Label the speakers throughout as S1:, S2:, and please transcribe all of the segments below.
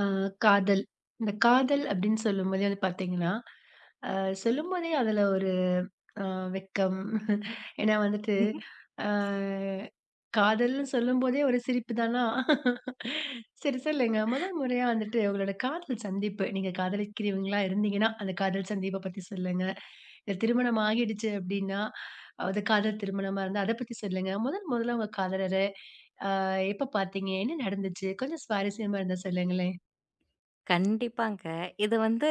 S1: ஆ காதல். இந்த காதல் அப்படின்னு சொல்லும்போதே வந்து பார்த்தீங்கன்னா, அ சொல்லும்போதே அதுல ஒரு அ வெட்கம். ஏன்னா வந்துட்டு, அ காதல்ன்னு சொல்லும்போதே ஒரு சிரிப்பு தானா? சரி சொல்லுங்க. முதல் முறையா வந்துட்டு உங்களோட காதல் சந்திப்பு. நீங்க காதலிக்கிறவங்களா இருந்தீங்கன்னா, அந்த காதல் சந்திப்ப பத்தி சொல்லுங்க. இல்ல திருமணம் ஆகிடுச்சு அப்படின்னா, அது காதல் திருமணமா இருந்தா அத பத்தி சொல்லுங்க. முதல் முதல்ல உங்க காதலர எப்ப பார்த்தீங்க? என்ன நடந்துச்சு? கொஞ்சம் சுவாரஸ்யமா இருந்தா சொல்லுங்களேன்.
S2: கண்டிப்பாங்க. இது வந்து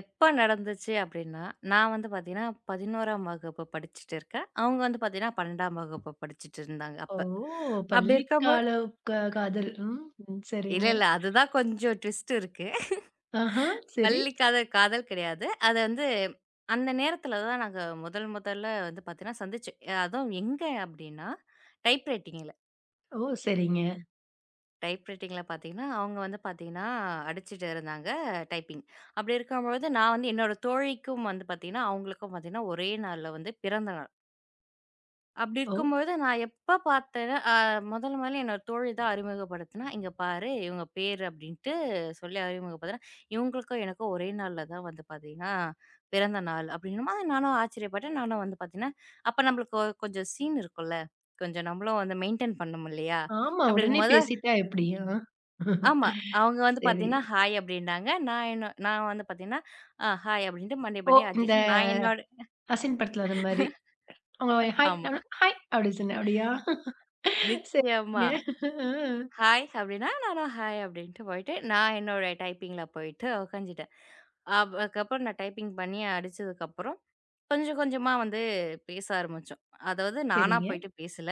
S2: எப்ப நடந்துச்சு அப்டின்னா, நான் வந்து பார்த்தீங்கன்னா, 11ஆம் வகுப்பு படிச்சுட்டு இருக்கேன். அவங்க வந்து பார்த்தீங்கன்னா, 12ஆம் வகுப்பு படிச்சுட்டு இருந்தாங்க
S1: ஓ!
S2: அப்ப. அப்டி இருக்கும்போது
S1: பள்ளிக்கால க காதல். ம். ம்.
S2: இல்ல,
S1: சரிங்க.
S2: இல்ல. அதுதான் கொஞ்சம் ட்விஸ்ட் இருக்கு.
S1: ஆஹா. சரி.
S2: பள்ளி காதல், காதல் கிடையாது. அது வந்து அந்த நேரத்துல தான் நாங்க முதல் முதல்ல வந்து பார்த்தீங்கன்னா சந்திச்சோம். அதுவும் எங்க அப்டின்னா, டைப் ரைட்டிங்ல.
S1: ஓ! சரிங்க.
S2: டைப் ரைட்டிங்ல பார்த்தீங்கன்னா, அவங்க வந்து பார்த்தீங்கன்னா, அடிச்சுட்டு இருந்தாங்க டைப்பிங். அப்படி இருக்கும்பொழுது, நான் வந்து என்னோட தோழிக்கும் வந்து பார்த்தீங்கன்னா, அவங்களுக்கும் பார்த்தீங்கன்னா, ஒரே நாள்ல வந்து பிறந்த நாள். அப்படி
S1: ஓ!
S2: இருக்கும்பொழுது, நான் எப்ப பார்த்தேன்னா முதல் முதல்ல என்னோட தோழி தான் அறிமுகப்படுத்துனா, "இங்க பாரு இவங்க பேரு" அப்படின்ட்டு சொல்லி அறிமுகப்படுத்துனா, இவங்களுக்கும் எனக்கும் ஒரே நாள்ல தான் வந்து பார்த்தீங்கன்னா, பிறந்த நாள் அப்படின்னும் போது நானும் ஆச்சரியப்பட்டேன். நானும் வந்து பார்த்தீங்கன்னா, அப்ப நம்மளுக்கு கொஞ்சம் சீன் இருக்கும்ல. கொஞ்சம் நம்மளும் வந்து மெயின்டெயின் பண்ணணும் இல்லையா?
S1: ஆமா.
S2: அப்படி
S1: உடனே
S2: இருக்கும்போது
S1: பேசிட்டா எப்படி? ஆ.
S2: ஆமா. அவங்க வந்து
S1: சரி.
S2: பார்த்தீங்கன்னா, ஹாய் அப்டின்னாங்க. நான் என்ன நான் வந்து பார்த்தீங்கன்னா, ஹாய் அப்டின்ட்டு மண்டைய
S1: ஓ!
S2: மண்டைய
S1: இந்த
S2: ஆட்டிட்டு நான் என்னோட
S1: அசின் படத்துல அந்த மாரி. அவங்க ஹாய்
S2: ஆமா.
S1: நானு ஹாய் அப்படி சொன்னேன். அப்படியா? சரிங்க.
S2: நிச்சயமா.
S1: ஆ.
S2: ஹாய் அப்டின்னா, நானும் ஹாய் அப்டின்ட்டு போயிட்டு, நான் என்னோட டைப்பிங்ல போயிட்டு உக்காந்துட்டேன். அதுக்கப்புறம் நான் டைப்பிங் பண்ணி அடிச்சதுக்கப்புறம், கொஞ்சம் கொஞ்சமா வந்து பேச ஆரம்பிச்சோம். அதாவது நானா
S1: சரிங்க.
S2: போயிட்டு பேசல.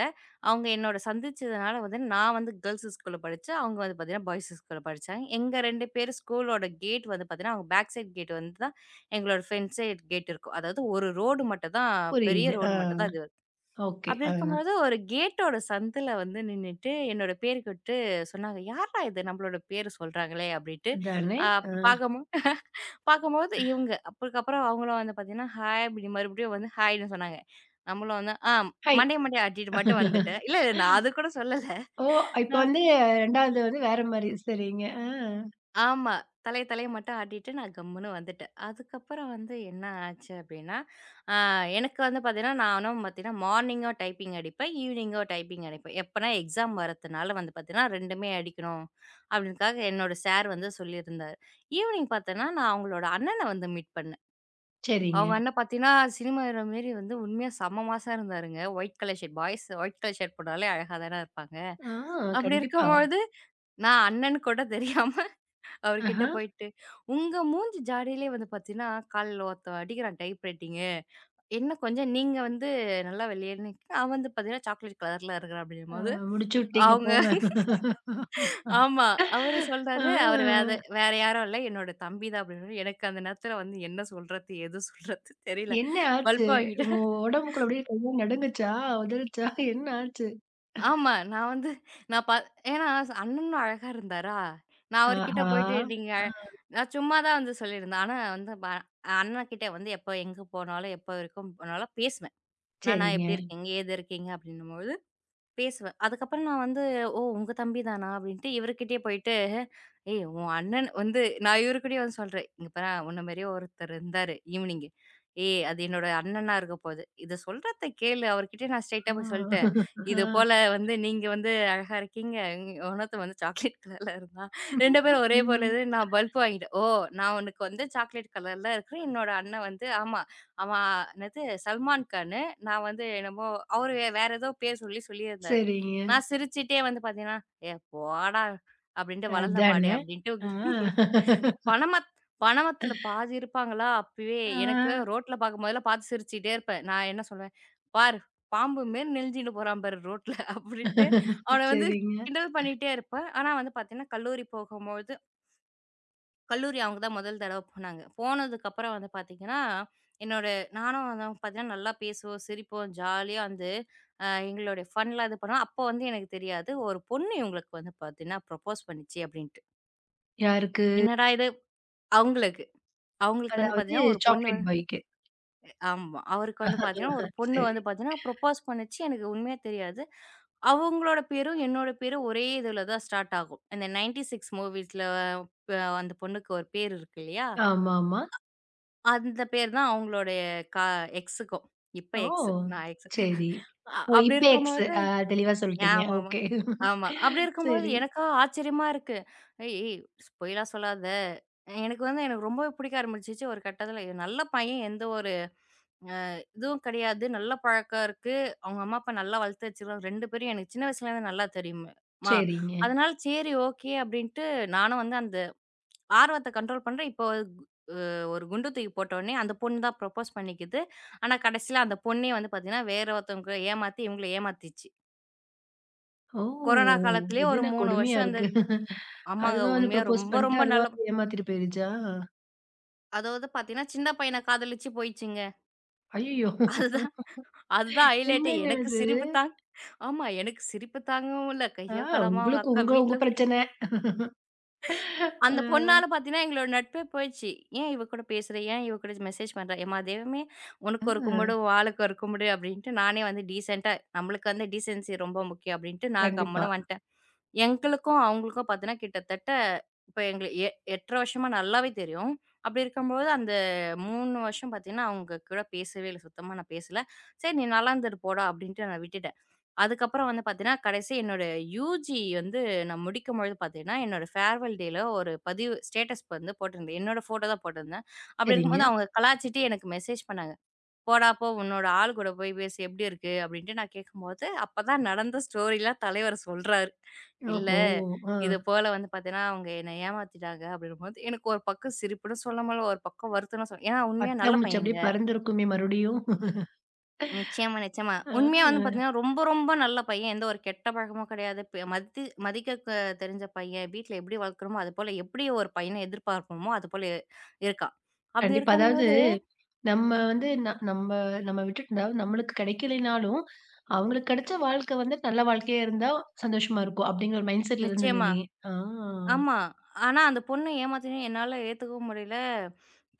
S2: அவங்க என்னோட சந்திச்சதுனால வந்து நான் வந்து கேர்ல்ஸ் ஸ்கூல்ல படிச்சேன். அவங்க வந்து பார்த்தீங்கன்னா, பாய்ஸ் ஸ்கூல்ல படிச்சாங்க. எங்க 2 பேர் ஸ்கூலோட கேட் வந்து பார்த்தீங்கன்னா, அவங்க பேக் சைட் கேட் வந்து தான் எங்களோட ஃப்ரண்ட் சைட் கேட் இருக்கும். அதாவது ஒரு ரோடு மட்டும் தான் பெரிய
S1: புரியுது. ஆ.
S2: ரோடு மட்டும் தான் இது.
S1: ஓகே.
S2: அப்படி
S1: ஆ.
S2: இருக்கும்போது ஒரு கேட்டோட சந்துல வந்து நின்னுட்டு என்னோட பேருக்கு விட்டு சொன்னாங்க, "யார்டா இது நம்மளோட பேரு சொல்றாங்களே!" அப்படின்ட்டு.
S1: அதானே. ஆ.
S2: அப்ப பார்க்கும்போது இவங்க. அதுக்கப்புறம் அவங்களும் வந்து பார்த்தீங்கன்னா, "ஹாய்" அப்படி மறுபடியும் வந்து ஹாய்ன்னு சொன்னாங்க. நம்மளும் வந்து,
S1: ஹாய்.
S2: மண்டைய மண்டைய ஆட்டிட்டு மட்டும் வந்துட்டேன். இல்ல நான் அது கூட சொல்லல.
S1: ஓ! இப்ப
S2: நான்
S1: வந்து 2வது வந்து வேற மாரி. சரிங்க. ஆ.
S2: ஆமா. தலைய தலைய மட்டும் ஆட்டிட்டு நான் கம்முன்னு வந்துட்டேன். அதுக்கப்புறம் வந்து என்ன ஆச்சு அப்டின்னா, ஆ எனக்கு வந்து பார்த்தீங்கன்னா, நானும் பார்த்தீங்கன்னா மார்னிங்கும் டைப்பிங் அடிப்பேன், ஈவினிங்கும் டைப்பிங் அடிப்பேன். எப்பனா எக்ஸாம் வரதுனால வந்து பார்த்தீங்கன்னா 2மே அடிக்கணும் அப்டின்றதுக்காக என்னோட சார் வந்து சொல்லியிருந்தாரு. ஈவினிங் பார்த்தேன்னா, நான் அவங்களோட அண்ணன வந்து மீட் பண்ணேன்.
S1: சரிங்க.
S2: அவங்க அண்ணன் பார்த்தீங்கன்னா, சினிமா ஹீரோ மாரி வந்து உண்மையா செம்ம மாஸா இருந்தாருங்க. White colour shirt boys white colour shirt போட்டாலே அழகா தானே இருப்பாங்க.
S1: ஆ.
S2: அப்டி
S1: கண்டிப்பா.
S2: இருக்கும்பொழுது நான் அண்ணன் கூட தெரியாம
S1: ஆஹ.
S2: அவர்கிட்ட போயிட்டு, "உங்க மூஞ்சி ஜாடையிலே வந்து பார்த்தீங்கன்னா, காலைல ஒருத்தன் அடிக்கிறான் டைப் ரைட்டிங்கு. என்ன கொஞ்சம் நீங்க வந்து நல்லா வெள்ளையன்னு அவன் வந்து பார்த்தீங்கன்னா, சாக்லேட் கலர்ல இருக்கிறான்"
S1: ஆ
S2: அப்படிங்கும்போது,
S1: முடிச்சு விட்டீங்க
S2: அவங்க
S1: போங்க.
S2: ஆமா. அவரு
S1: ஆ
S2: சொல்றாரு, "அவரு வேற யாரும் இல்ல. என்னோட தம்பி தான்" அப்படின்னு. எனக்கு அந்த நேரத்துல வந்து என்ன சொல்றது? எது சொல்றது? தெரியல.
S1: என்ன ஆச்சு?
S2: வலுப்பு
S1: உங்க
S2: வாங்கிட்டேன்.
S1: உடம்புக்குள்ள அப்படியே கையெல்லாம் நடுங்குச்சா? உதறுச்சா? என்ன ஆச்சு?
S2: ஆமா. நான் வந்து நான் பா ஏன்னா அண்ணனும் அழகா இருந்தாரா! நான் அவர்கிட்ட
S1: ஆஹா!
S2: போயிட்டு
S1: ஆ
S2: நான் சும்மா தான் வந்து சொல்லியிருந்தேன். ஆனா வந்து அண்ணன்கிட்ட வந்து எப்போ எங்க போனாலும், எப்போ வரைக்கும் போனாலும் பேசுவேன். "அண்ணா
S1: சரிங்க.
S2: எப்படி இருக்கீங்க? ஏது இருக்கீங்க?" அப்படின்னும்பொழுது பேசுவேன். அதுக்கப்புறம் நான் வந்து, "ஓ! உங்க தம்பி தானா?" அப்படின்ட்டு இவருகிட்டயே போயிட்டு, "ஏய்! உன் அண்ணன் வந்து" நான் இவருகிட்டயே வந்து சொல்றேன். "இங்க பாரேன் உன்ன மாரியே ஒருத்தர் இருந்தாரு ஈவ்னிங்கு. ஏய்! அது என்னோட அண்ணனா இருக்க போகுது. இத சொல்றத கேளு." அவர்கிட்டயே நான் ஸ்ட்ரெயிட்டா போய் சொல்ட்டேன்.
S1: ஆ.
S2: "இது
S1: ஆ.
S2: போல வந்து நீங்க வந்து அழகா இருக்கீங்க. இன்னொருத்தன் வந்து சாக்லேட் கலர்ல இருந்தான். 2 பேரும் ஒரே போல
S1: ம்.
S2: இது." நான் பல்ப் வாங்கிட்டேன். "ஓ! நான் உனக்கு வந்து சாக்லேட் கலர்ல இருக்கிறேன். என்னோட அண்ணன் வந்து ஆமா. அவன் என்னது சல்மான் கானு. நான் வந்து என்னமோ அவரு வேற ஏதோ பேர் சொல்லி சொல்லியிருந்தாரு.
S1: சரிங்க.
S2: நான் சிரிச்சுட்டே வந்து பார்த்தீங்கன்னா, "ஏ போடா!" அப்படின்ட்டு "வளர்ந்த மாடு"
S1: அதானே.
S2: அப்படின்ட்டு
S1: ஆ.
S2: பணமத் பணமத்துல பாதி இருப்பாங்களா, அப்பவே எனக்கு
S1: ஆ.
S2: ரோட்ல பார்க்கும் போதெல்லாம் பார்த்து சிரிச்சுட்டே இருப்பேன். நான் என்ன சொல்வேன், "பாரு பாம்பு மாரி நெளிஞ்சுட்டு போறான் பாரு ரோட்ல" அப்படின்ட்டு அவன வந்து
S1: சரிங்க.
S2: கிண்டல் பண்ணிட்டே இருப்பேன். ஆனா வந்து பார்த்தீங்கன்னா, கல்லூரி போகும்பொழுது கல்லூரி அவங்க தான் முதல் தடவ போனாங்க. போனதுக்கப்புறம் வந்து பார்த்தீங்கன்னா, என்னோட நானும் வந்து பார்த்தீங்கன்னா, நல்லா பேசுவோம், சிரிப்போம், ஜாலியா வந்து எங்களுடைய ஃபன்லாம் இது பண்ணுவோம். அப்போ வந்து எனக்கு தெரியாது. ஒரு பொண்ணு இவங்களுக்கு வந்து பார்த்தீங்கன்னா, ப்ரொபோஸ் பண்ணுச்சு அப்படின்ட்டு.
S1: யாருக்கு?
S2: என்னடா இது! அவங்களுக்கு அவங்களுக்கு வந்து
S1: அதாவது
S2: பார்த்தீங்கன்னா, ஒரு பொண்ணு
S1: சாக்லேட்
S2: வந்து
S1: பாய்க்கு.
S2: ஆமா. அவருக்கு வந்து பார்த்தீங்கன்னா, ஒரு பொண்ணு
S1: சரி.
S2: வந்து பார்த்தீங்கன்னா, ப்ரொபோஸ் பண்ணுச்சு. எனக்கு உண்மையா தெரியாது. அவங்களோட பேரும், என்னோட பேரும் ஒரே இதுல தான் ஸ்டார்ட் ஆகும். இந்த 96 மூவிஸ்ல அந்த பொண்ணுக்கு ஒரு பேர் இருக்கு இல்லையா?
S1: ஆமாமா.
S2: அந்த பேர் தான் அவங்களுடைய கா எக்ஸுக்கும். இப்ப
S1: ஓ!
S2: எக்ஸ். நான் எக்ஸ்.
S1: சரி. ஓ!
S2: அப்படி
S1: இப்ப எக்ஸ்
S2: இருக்கும்போது
S1: தெளிவா சொல்ட்டீங்க.
S2: ஆமாமா. ஆமா.
S1: ஓகே.
S2: ஆமா அப்படி இருக்கும்போது
S1: சரி,
S2: எனக்கா ஆச்சரியமா இருக்கு. "ஏய் ஏய் பொய்லாம் சொல்லாத." எனக்கு வந்து எனக்கு ரொம்பவே பிடிக்க ஆரம்பிச்சுச்சு ஒரு கட்டத்தில. இவன் நல்ல பையன் எந்த ஒரு அ இதுவும் கிடையாது. நல்ல பழக்கம் இருக்கு. அவங்க அம்மா, அப்பா நல்லா வளர்த்து வச்சுருக்காங்க. 2 பேரையும் எனக்கு சின்ன வயசுலேருந்து நல்லா தெரியும்மா.
S1: சரிங்க.
S2: அதனால சரி ஓகே அப்படின்ட்டு நானும் வந்து அந்த ஆர்வத்த கண்ட்ரோல் பண்றேன். இப்போ அ ஒரு குண்டு தூக்கி போட்டோனே, அந்த பொண்ணு தான் ப்ரொப்போஸ் பண்ணிக்கிது. ஆனா கடைசில அந்த பொண்ணே வந்து பார்த்தீங்கன்னா, வேற ஒருத்தவங்க ஏமாத்தி இவங்கள ஏமாத்திச்சு.
S1: ஓ!
S2: கொரோனா காலத்திலேயே
S1: இது
S2: ஒரு
S1: என்ன
S2: 3
S1: கொடுமையா
S2: வருஷம் அந்த
S1: இருக்கு.
S2: ஆமாங்க.
S1: அதுவா வந்து
S2: உண்மையா
S1: ப்ரப்போஸ்
S2: ரொம்ப
S1: பண்ணிட்டு,
S2: ரொம்ப
S1: அதுவா
S2: நல்ல
S1: ஏமாத்திட்டு போயிருச்சா?
S2: அதாவது பார்த்தீங்கன்னா, சின்ன பையன காதலிச்சு போயிடுச்சுங்க.
S1: ஐயய்யோ!
S2: அதுதான் அதுதான் ஹைலைட்டே.
S1: என்னங்க
S2: எனக்கு
S1: இது?
S2: சிரிப்பு ஆமா. எனக்கு சிரிப்பு தாங்கவும் இல்ல.
S1: ஆ
S2: கையோ, களவுமா அவங்க
S1: உங்களுக்கு
S2: அக்கா
S1: உங்க உங்க
S2: வீட்ல
S1: பிரச்சனை.
S2: அந்த
S1: ஆ,
S2: பொண்ணால பார்த்தீங்கன்னா, எங்களோட நட்பே போயிடுச்சு. ஏன் இவ கூட பேசுற? ஏன் இவ கூட மெசேஜ் பண்ற? எம்மா தெய்வமே! உனக்கு ஒரு
S1: ஆ
S2: கும்பிடு, வாளுக்கு ஒரு கும்பிடு அப்டின்ட்டு நானே வந்து டீசென்ட்டா நம்மளுக்கு வந்து டீசென்சி ரொம்ப முக்கியம் அப்டின்ட்டு நான்
S1: கண்டிப்பா.
S2: கம்முனு வந்துட்டேன். எங்களுக்கும், அவங்களுக்கும் பார்த்தீங்கன்னா, கிட்டத்தட்ட இப்ப எங்கள எ 8 1/2 வருஷமா நல்லாவே தெரியும். அப்டி இருக்கும்போது அந்த 3 வருஷம் பார்த்தீங்கன்னா, அவங்க கூட பேசவே இல்ல. சுத்தமா நான் பேசல. சரி நீ நல்லா இருந்துட்டு போடா அப்டின்ட்டு நான் விட்டுட்டேன். அதுக்கப்புறம் வந்து பார்த்தீங்கன்னா, கடைசி என்னோட யுஜி வந்து நான் முடிக்கும்பொழுது பார்த்தீங்கன்னா, என்னோட ஃபேர்வெல் டேல ஒரு பதிவு ஸ்டேட்டஸ் வந்து போட்டிருந்தேன். என்னோட ஃபோட்டோ தான் போட்டிருந்தேன். அப்படி
S1: சரிங்க.
S2: இருக்கும்போது அவங்க கலாய்ச்சிட்டு எனக்கு மெசேஜ் பண்ணாங்க. "போடா போ! உன்னோட ஆள் கூட போய் பேசு. எப்படி இருக்கு?" அப்படின்ட்டு நான் கேட்கும்போது, அப்பதான் நடந்த ஸ்டோரிலாம் தலைவர் சொல்றாரு. "இல்ல,
S1: ஓஹோ! ஆ
S2: இது போல வந்து பார்த்தீங்கன்னா, அவங்க என்னை ஏமாத்திட்டாங்க." அப்படின்னும்போது எனக்கு ஒரு பக்கம் சிரிப்புன்னு சொல்ல முடியல, ஒரு பக்கம் வருத்தம்னு சொல் ஏன்னா உண்மையா நல்ல
S1: பட்டாம்பூச்சி
S2: பையன்.
S1: அப்படியே பறந்திருக்குமே மறுபடியும்.
S2: நிச்சயமா, நிச்சயமா.
S1: ஆ.
S2: உண்மையா வந்து பார்த்தீங்கன்னா, ரொம்ப ரொம்ப நல்ல பையன். எந்த ஒரு கெட்ட பழக்கமும் கிடையாது. மதி மதிக்க தெரிஞ்ச பையன். வீட்ல எப்படி வளர்க்குறோமோ, அதுபோல எப்படி ஒரு பையன எதிர்பார்ப்போமோ, அதுபோல இருக்கான். அப்படி
S1: கண்டிப்பா. அதாவது
S2: இருக்கும்போது
S1: நம்ம வந்து நம்ம நம்ம விட்டுட்டு அதாவது நம்மளுக்கு கிடைக்கலைனாலும், அவங்களுக்கு கிடைச்ச வாழ்க்கை வந்து நல்ல வாழ்க்கையா இருந்தா சந்தோஷமா இருக்கும். அப்படிங்கிற ஒரு மைண்ட் செட்ல
S2: நிச்சயமா.
S1: இருந்திருந்தீங்க. ஆ
S2: ஆமா. ஆனா அந்த பொண்ணு ஏமாத்தினது என்னால ஏத்துக்கவும் முடியல.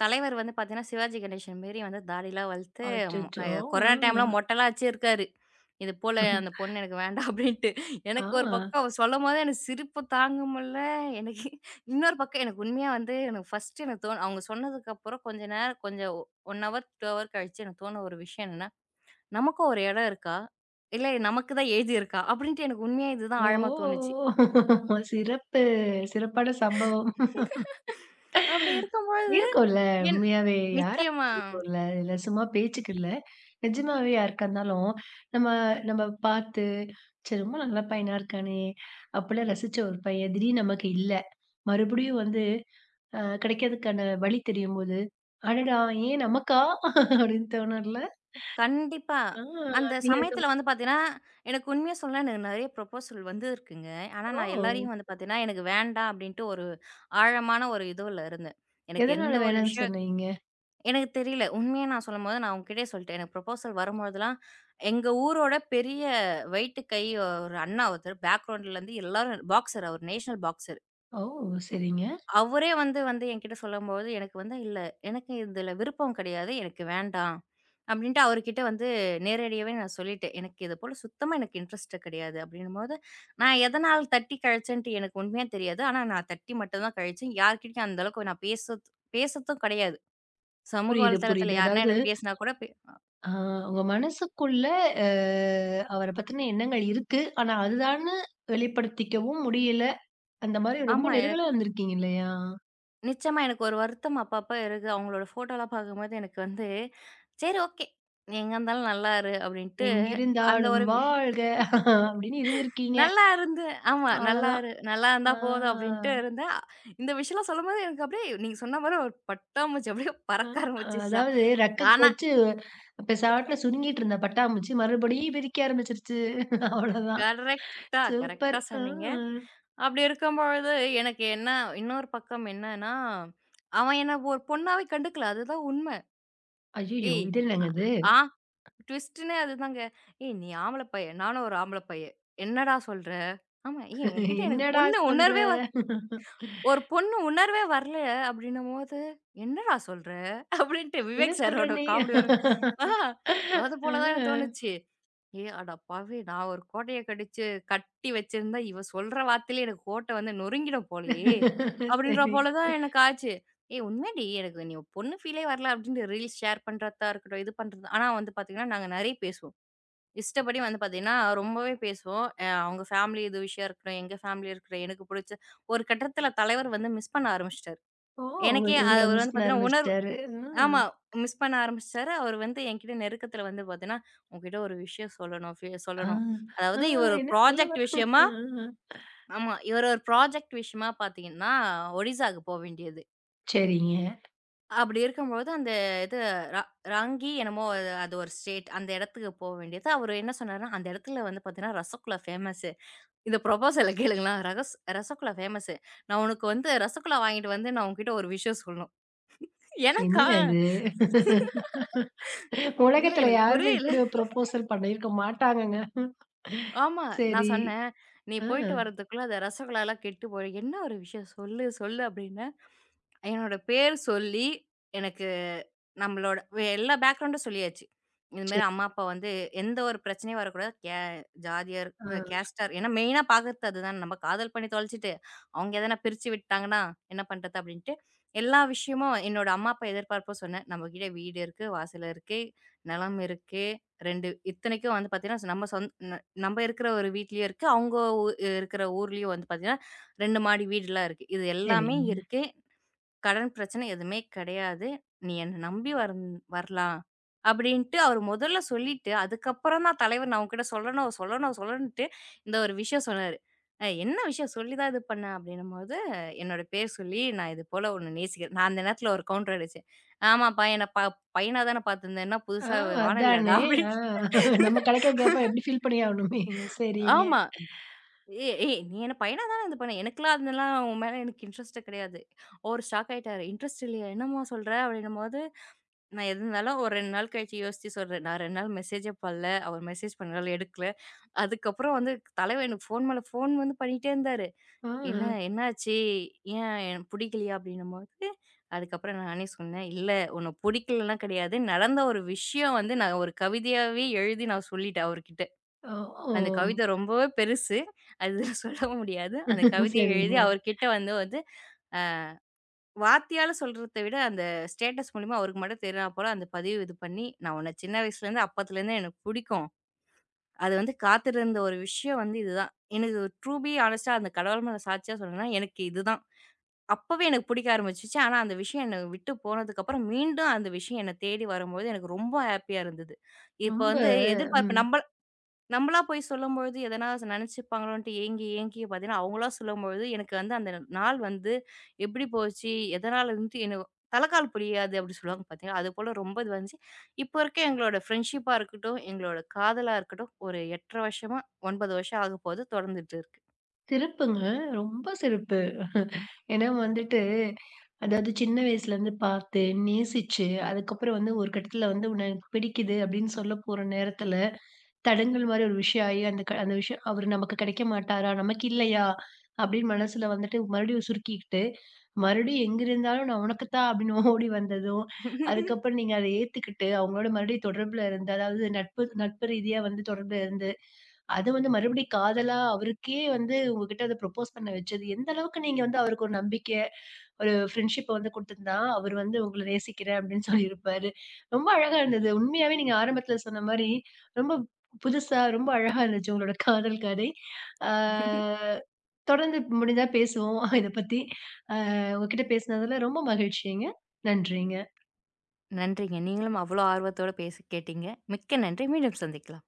S2: தலைவர் வந்து பார்த்தீங்கன்னா, சிவாஜி கணேசன் மாரி வந்து தாடிலாம் வளர்த்து மொ அ
S1: அச்சச்சோ!
S2: கொரோனா டைம்ல மொட்டலாம் வச்சிருக்காரு. இது போல அந்த பொண்ணு எனக்கு வேண்டாம் அப்டின்ட்டு.
S1: ஆ.
S2: எனக்கு ஒரு
S1: ஆ.
S2: பக்கம் அவ சொல்லும்போது எனக்கு சிரிப்பு தாங்க முடில. எனக்கு இன்னொரு பக்கம் எனக்கு உண்மையா வந்து எனக்கு ஃபர்ஸ்ட்டு எனக்கு தோணு அவங்க சொன்னதுக்கப்புறம் கொஞ்ச நேரம் கொஞ்சம் 1 ஹவர், 2 ஹவர் கழிச்சு எனக்கு தோண ஒரு விஷயம் என்னன்னா, நமக்கும் ஒரு இடம் இருக்கா? இல்ல நமக்கு தான் எழுதியிருக்கா? அப்டின்ட்டு எனக்கு உண்மையா இதுதான் ஆழமா தோணுச்சு.
S1: ஓ! சிறப்பு. சிறப்பான சம்பவம்.
S2: அப்படி இருக்கும்பொழுது
S1: இருக்கும்ல.
S2: என்
S1: உண்மையாவே. யாரா
S2: நிச்சயமா.
S1: இருக்கும்ல. இல்ல சும்மா பேச்சுக்கு இல்ல. நிஜமாவே யாருக்கா இருந்தாலும், நம்ம நம்ம பார்த்து, "சரி ரொம்ப நல்ல பையனா இருக்கானே!" அப்படிலாம் ரசிச்ச ஒரு பையன் திடீர்னு நமக்கு இல்ல. மறுபடியும் வந்து கிடைக்கிறதுக்கான வழி தெரியும்போது, "அடடா! ஏன் நமக்கா?" அப்படின்னு தோணும்ல.
S2: கண்டிப்பா.
S1: ஆ
S2: அந்த
S1: நீங்க அதுக்கு
S2: சமயத்துல வந்து பார்த்தீங்கன்னா, எனக்கு உண்மைய சொல்ல எனக்கு நெறைய ப்ரொபோசல் வந்திருக்குங்க. ஆனா, நான்
S1: ஓ!
S2: எல்லாரையும் வந்து பார்த்தீங்கன்னா, எனக்கு வேண்டாம் அப்படின்ட்டு ஒரு ஆழமான ஒரு இதுல இருந்தேன். எனக்கு
S1: எதனால
S2: எந்த ஒரு
S1: வேணான்னு
S2: விஷயம்
S1: சொன்னீங்க?
S2: எனக்கு தெரியல. உண்மைய நான் சொல்லும்போது நான் அவங்ககிட்டயே சொல்லிட்டேன். எனக்கு ப்ரொபோசல் வரும்பொழுதெல்லாம், எங்க ஊரோட பெரிய வெயிட்டு கை ஒரு அண்ணா ஒருத்தர் பேக்ரவுண்ட்லேருந்து எல்லாரும் பாக்ஸர் அவர் நேஷனல் பாக்ஸர்.
S1: ஓ! சரிங்க.
S2: அவரே வந்து வந்து என்கிட்ட சொல்லும்போது, எனக்கு வந்து "இல்ல, எனக்கு இதுல விருப்பம் கிடையாது. எனக்கு வேண்டாம்." அப்படின்ட்டு அவருகிட்ட வந்து நேரடியாவே நான் சொல்லிட்டேன். "எனக்கு இது போல சுத்தமா எனக்கு இன்ட்ரெஸ்ட் கிடையாது." அப்படின்னும்போது, நான் எதனால தட்டி கழிச்சேன்ட்டு எனக்கு உண்மையா தெரியாது. ஆனா நான் தட்டி மட்டும் தான் கழிச்சேன். யார்கிட்டயும் அந்த அளவுக்கு நான் பேசத்தும் கிடையாது. சமூக
S1: புரியுது,
S2: வலைத்தளத்துல
S1: புரியுது.
S2: யாருன்னா
S1: அதாவது
S2: எனக்கு பேசினா கூட
S1: ஆ உங்க மனசுக்குள்ள அ அவர பத்தின எண்ணங்கள் இருக்கு. ஆனா அதுதான்னு வெளிப்படுத்திக்கவும் முடியல. அந்த மாரி ரொம்ப
S2: ஆமா. எனக்கு
S1: நெருங்கலா இருந்திருக்கீங்க இல்லையா?
S2: நிச்சயமா எனக்கு ஒரு வருத்தம் அப்பப்ப இருக்கு. அவங்களோட ஃபோட்டோலாம் பார்க்கும்போது எனக்கு வந்து, "சரி ஓகே. நீ எங்க இருந்தாலும் நல்லா இரு." அப்படின்ட்டு அந்த
S1: "எங்கிருந்தாலும்
S2: ஒரு
S1: வாழ்க" அப்படின்னு இருந்திருக்கீங்க.
S2: நல்லா இருந்தேன். ஆமா. நல்லா
S1: அவ்வளோதான்.
S2: இரு நல்லா இருந்தா
S1: ஆ,
S2: போதும் அப்டின்ட்டு இருந்தேன். இந்த விஷயம்லாம் சொல்லும்போது எனக்கு அப்டியே நீங்க சொன்ன மாரி ஒரு பட்டாம்பூச்சி அப்டியே
S1: அ
S2: பறக்க ஆரம்பிச்சுச்சு தான்.
S1: அதாவது ரெக்க
S2: ஆனா
S1: கொச்சு பெசாட்டுல சுருங்கிட்டு இருந்த பட்டாம்பூச்சி மறுபடியும் பிரிக்க ஆரம்பிச்சிருச்சு. அவ்வளோதான்.
S2: கரெக்ட்டா, கரெக்ட்டா
S1: சூப்பர். ஆ.
S2: சொன்னீங்க. அப்டி இருக்கும்பொழுது எனக்கு என்ன இன்னொரு பக்கம் என்னன்னா, அவன் என்ன ஒரு பொண்ணாவே கண்டுக்கல. அதுதான் உண்மை.
S1: ஐயய்யோ!
S2: ஏய்!
S1: இது என்னங்க இது?
S2: ஆ ட்விஸ்ட்டுன்னே அதுதாங்க. ஏய்! நீ ஆம்பள பையன். நானும் ஒரு ஆம்பள பையன். என்னடா சொல்ற? ஆமா. ஏய்! உன்கிட்ட எனக்கு
S1: என்னடா
S2: பொண்ணு
S1: சொல்ற?
S2: உணர்வே வ ஒரு பொண்ணு உணர்வே வரல அப்டின்னும்போது, "என்னடா சொல்ற?" அப்டின்ட்டு
S1: என்ன
S2: விவேக்
S1: சொல்ற
S2: சாரோட
S1: நீ?
S2: காமெடி வரும். ஆ அது
S1: ஆ.
S2: போல தான் எனக்கு தோணுச்சு. ஏ அடப்பாவி! நான் ஒரு கோட்டைய கடிச்சு கட்டி வச்சிருந்தா, இவ சொல்ற வார்த்தையிலே எனக்கு கோட்ட வந்து நொறுங்கிடும் போலயே! அப்டின்ற
S1: சரி.
S2: போல தான் எனக்கு ஆச்சு. ஏய் உண்மையாடி எனக்கு நீ பொண்ணு ஃபீலே வரல அப்டின்ட்டு ரீல்ஸ் ஷேர் பண்றதா இருக்கட்டும், இது பண்றது ஆனா வந்து பாத்தீங்கன்னா, நாங்க நெறைய பேசுவோம். இஷ்டப்படி வந்து பார்த்தீங்கன்னா, ரொம்பவே பேசுவோம். அவங்க ஃபேமிலி இது விஷயம் இருக்கட்டும், எங்க ஃபேமிலி இருக்கட்டும், எனக்கு புடிச்ச ஒரு கட்டத்தில தலைவர் வந்து மிஸ் பண்ண ஆரம்பிச்சுட்டாரு.
S1: ஓ! உங்க
S2: எனக்கே
S1: உங்கள
S2: அவர்
S1: மிஸ்
S2: வந்து
S1: பண்ண
S2: பார்த்தீங்கன்னா, உணர்வு
S1: ஆரம்பிச்சுட்டாரு.
S2: ஆமா. மிஸ் பண்ண ஆரம்பிச்சுட்டாரு. அவர் வந்து என்கிட்ட நெருக்கத்தில வந்து பார்த்தீங்கன்னா, "உன்கிட்ட ஒரு விஷயம் சொல்லணும்
S1: ஆ,
S2: சொல்லணும்."
S1: ஆ, ஆ
S2: அதாவது இவர் ஒரு
S1: என்ன சொல்ல
S2: ப்ராஜெக்ட் விஷயமா
S1: வர்றாங்க?
S2: ஆமா. இவர் ஒரு ப்ராஜெக்ட் விஷயமா பார்த்தீங்கன்னா, ஒடிசாக்கு போ வேண்டியது.
S1: சரிங்க.
S2: அப்படி இருக்கும்போது அந்த இது ர ராங்கி என்னமோ அது அது ஒரு ஸ்டேட். அந்த இடத்துக்கு போ வேண்டியது. அவரு என்ன சொன்னாருன்னா, "அந்த இடத்துல வந்து பார்த்தீங்கன்னா, ரசகுல்லா ஃபேமஸு. இந்த ப்ரொபோசல கேளுங்களேன். ரசகுல்லா ஃபேமஸு. நான் உனக்கு வந்து ரசகுல்லா வாங்கிட்டு வந்து நான் உன்கிட்ட ஒரு விஷயம் சொல்லணும். எனக்கா?
S1: என்னங்க இது?
S2: இல்ல
S1: உலகத்துல
S2: எனக்கு
S1: யாருமே
S2: புரியல.
S1: இப்படி ஒரு ப்ரொபோசல் பண்ணியிருக்க மாட்டாங்கங்க.
S2: ஆமா. நான்
S1: சரி.
S2: சொன்னேன், "நீ
S1: ஆ,
S2: போயிட்டு வரதுக்குள்ள அந்த ரசகுல்லாலாம் கெட்டு போயிடும். என்ன ஒரு விஷயம் சொல்லு, சொல்லு" அப்டின்னா என்னோட பேர் சொல்லி, எனக்கு நம்மளோட வே- எல்லா பேக்ரவுண்டும் சொல்லியாச்சு. இந்த
S1: சரி.
S2: மாரி அம்மா, அப்பா வந்து எந்த ஒரு பிரச்சனையும் வரக்கூடாது. ஜாதியார்,
S1: ஆ,
S2: கேஸ்ட்டார் ஏன்னா மெயினா பாக்குறது அதுதானே. நம்ம காதல் பண்ணி தொலைச்சுட்டு, அவங்க எதனா பிரிச்சு விட்டாங்கன்னா என்ன பண்றது? அப்படின்ட்டு எல்லா விஷயமும் என்னோட அம்மா, அப்பா எதிர்பார்ப்பும் சொன்னேன். நம்மகிட்ட வீடு இருக்கு, வாசல் இருக்கு, நிலம் இருக்கு. 2 இத்தனைக்கும் வந்து பாத்தீங்கன்னா, நம்ம சொந் ந நம்ம இருக்கிற ஒரு வீட்லயும் இருக்கு. அவங்க ஊ இருக்கிற ஊர்லயும் வந்து பாத்தீங்கன்னா, 2 மாடி வீடுலாம் இருக்கு. இது எல்லாமே
S1: சரிங்க.
S2: இருக்கு. கடன் பிரச்சனை எதுவுமே கிடையாது. நீ என்ன நம்பி வந் வரலாம். அப்படின்ட்டு அவரு முதல்ல சொல்லிட்டு, அதுக்கப்புறம் தான் தலைவர் நான் உன்கிட்ட சொல்லணும், சொல்லணும், சொல்லணுன்ட்டு இந்த ஒரு விஷயம் சொன்னாரு. என்ன விஷயம் சொல்லி தான் இது பண்ணேன் அப்படின்னும்போது, என்னோட பேர் சொல்லி நான் இது போல உன்ன நேசிக்கிறேன். நான் அந்த நேரத்தில ஒரு கவுண்டர் அடிச்சேன். "ஆமாப்பா என்ன பையனா தானே பார்த்துருந்தேன். என்ன
S1: ஆ,
S2: புதுசா வானவில்லாடா?"
S1: அதானே. ஆ
S2: அப்படின்னு.
S1: நம்ம கிடைக்கிற கேப்ப எப்படி ஃபில் பண்ணி ஆகணுமே. சரிங்க.
S2: ஆமா. ஏய் ஏய் நீ என்ன பையனா தானே இது பண்ண. எனக்கெல்லாம் அதெல்லாம் உன் மேல எனக்கு இன்ட்ரெஸ்ட்டே கிடையாது. அவரு ஷாக் ஆயிட்டாரு. இன்ட்ரெஸ்ட் இல்லையா? என்னம்மா சொல்ற? அப்படின்னும்போது, நான் எது இருந்தாலும் ஒரு 2 நாள் கழிச்சு யோசிச்சு சொல்றேன். நான் 2 நாள் மெசேஜே பண்ணல. அவர் மெசேஜ் பண்ணனால எடுக்கல. அதுக்கப்புறம் வந்து தலைவன் எனக்கு ஃபோன் மேல ஃபோன் வந்து பண்ணிட்டே இருந்தாரு.
S1: ஆ,
S2: "என்ன என்னாச்சு? ஏன் எனக்கு பிடிக்கலையா?" அப்படின்னும்போது, அதுக்கப்புறம் நானே சொன்னேன், "இல்ல உன்ன பிடிக்கலலாம் கிடையாது. நடந்த ஒரு விஷயம் வந்து நான் ஒரு கவிதையாவே எழுதி நான் சொல்லிட்டேன் அவர்கிட்ட."
S1: ஓ, ஓ.
S2: அந்த கவிதை ரொம்பவே பெருசு. அது சொல்லவும் முடியாது. அந்த கவிதைய எழுதி
S1: சரிங்க.
S2: அவர் கிட்ட வந்து வந்து அ வார்த்தையால சொல்றத விட, அந்த ஸ்டேட்டஸ் மூலியமா அவருக்கு மட்டும் தெரினா போல அந்த பதிவு இது பண்ணி, "நான் உன்ன சின்ன வயசுலேருந்து, அப்பத்துலேருந்து எனக்கு புடிக்கும். அது வந்து காத்திருந்த ஒரு விஷயம் வந்து இதுதான். எனக்கு ட்ரூ பி ஹானஸ்ட்டா அந்த கடவுள் மேல சாட்சியா சொல்லணும்னா, எனக்கு இதுதான். அப்பவே எனக்கு புடிக்க ஆரம்பிச்சுச்சு. ஆனா அந்த விஷயம் என்ன விட்டு போனதுக்கப்புறம், மீண்டும் அந்த விஷயம் என்ன தேடி வரும்போது, எனக்கு ரொம்ப ஹேப்பியா இருந்தது." இப்ப
S1: ரொம்ப
S2: வந்து
S1: ம்
S2: எதிர்பார்ப்பு நம்மளா போய் சொல்லும்பொழுது எதனா ஸ் நெனச்சுப்பாங்களோன்ட்டு ஏங்கி, ஏங்கி பார்த்தீங்கன்னா, அவங்களா சொல்லும்பொழுது எனக்கு வந்து அந்த நாள் வந்து எப்படி போச்சு? எதனாலன்ட்டு எனக்கு தலகால் புரியாது அப்படி சொல்லுவாங்க பார்த்தீங்களா? அதுபோல ரொம்ப இது வந்துச்சு. இப்போ இருக்க எங்களோட ஃப்ரெண்ட்ஷிப்பா இருக்கட்டும், எங்களோட காதலா இருக்கட்டும், ஒரு 8 1/2 வருஷமா 9 வருஷம் ஆகப்போது. தொடர்ந்துட்டு இருக்கு.
S1: சிறப்புங்க. ரொம்ப சிறப்பு. ஏன்னா வந்துட்டு அதாவது சின்ன வயசுலேருந்து பார்த்து, நேசிச்சு, அதுக்கப்புறம் வந்து ஒரு கட்டத்தில வந்து, "உன்ன எனக்கு பிடிக்குது" அப்படின்னு சொல்ல போற நேரத்தில, தடங்கல் மாரி ஒரு விஷயம் ஆயி, அந்த அந்த விஷயம் அவரு நமக்கு கிடைக்க மாட்டாரா? நமக்கு இல்லையா? அப்படின்னு மனசுல வந்துட்டு மறுபடியும் சுருக்கிக்கிட்டு, மறுபடியும் எங்கிருந்தாலும் நான் உனக்கு தான் அப்படின்னு ஓடி வந்ததும், அதுக்கப்புறம் நீங்க அத ஏத்துக்கிட்டு, அவங்களோட மறுபடியும் தொடர்புல இருந்து, அதாவது நட்பு நட்பு ரீதியா வந்து தொடர்புல இருந்து, அது வந்து மறுபடியும் காதலா அவருக்கே வந்து உங்ககிட்ட அத ப்ரொப்போஸ் பண்ண வச்சது, எந்த அளவுக்கு நீங்க வந்து அவருக்கு ஒரு நம்பிக்கை, ஒரு ஃப்ரெண்ட்ஷிப்ப வந்து குடுத்திருந்தா, அவரு வந்து உங்கள நேசிக்கிறேன் அப்படின்னு சொல்லியிருப்பாரு. ரொம்ப அழகா இருந்தது. உண்மையாவே நீங்க ஆரம்பத்துல சொன்ன மாரி, ரொம்ப புதுசா ரொம்ப அழகா இருந்துச்சு உங்களோட காதல் கதை. ஆ தொடர்ந்து முடிஞ்சா பேசுவோம். இத பத்தி. உங்ககிட்ட பேசினதுல ரொம்ப மகிழ்ச்சிங்க. நன்றிங்க.
S2: நன்றிங்க. நீங்களும் அவ்வளோ ஆர்வத்தோட பேசி கேட்டீங்க. மிக்க நன்றி. மீண்டும் சந்திக்கலாம்.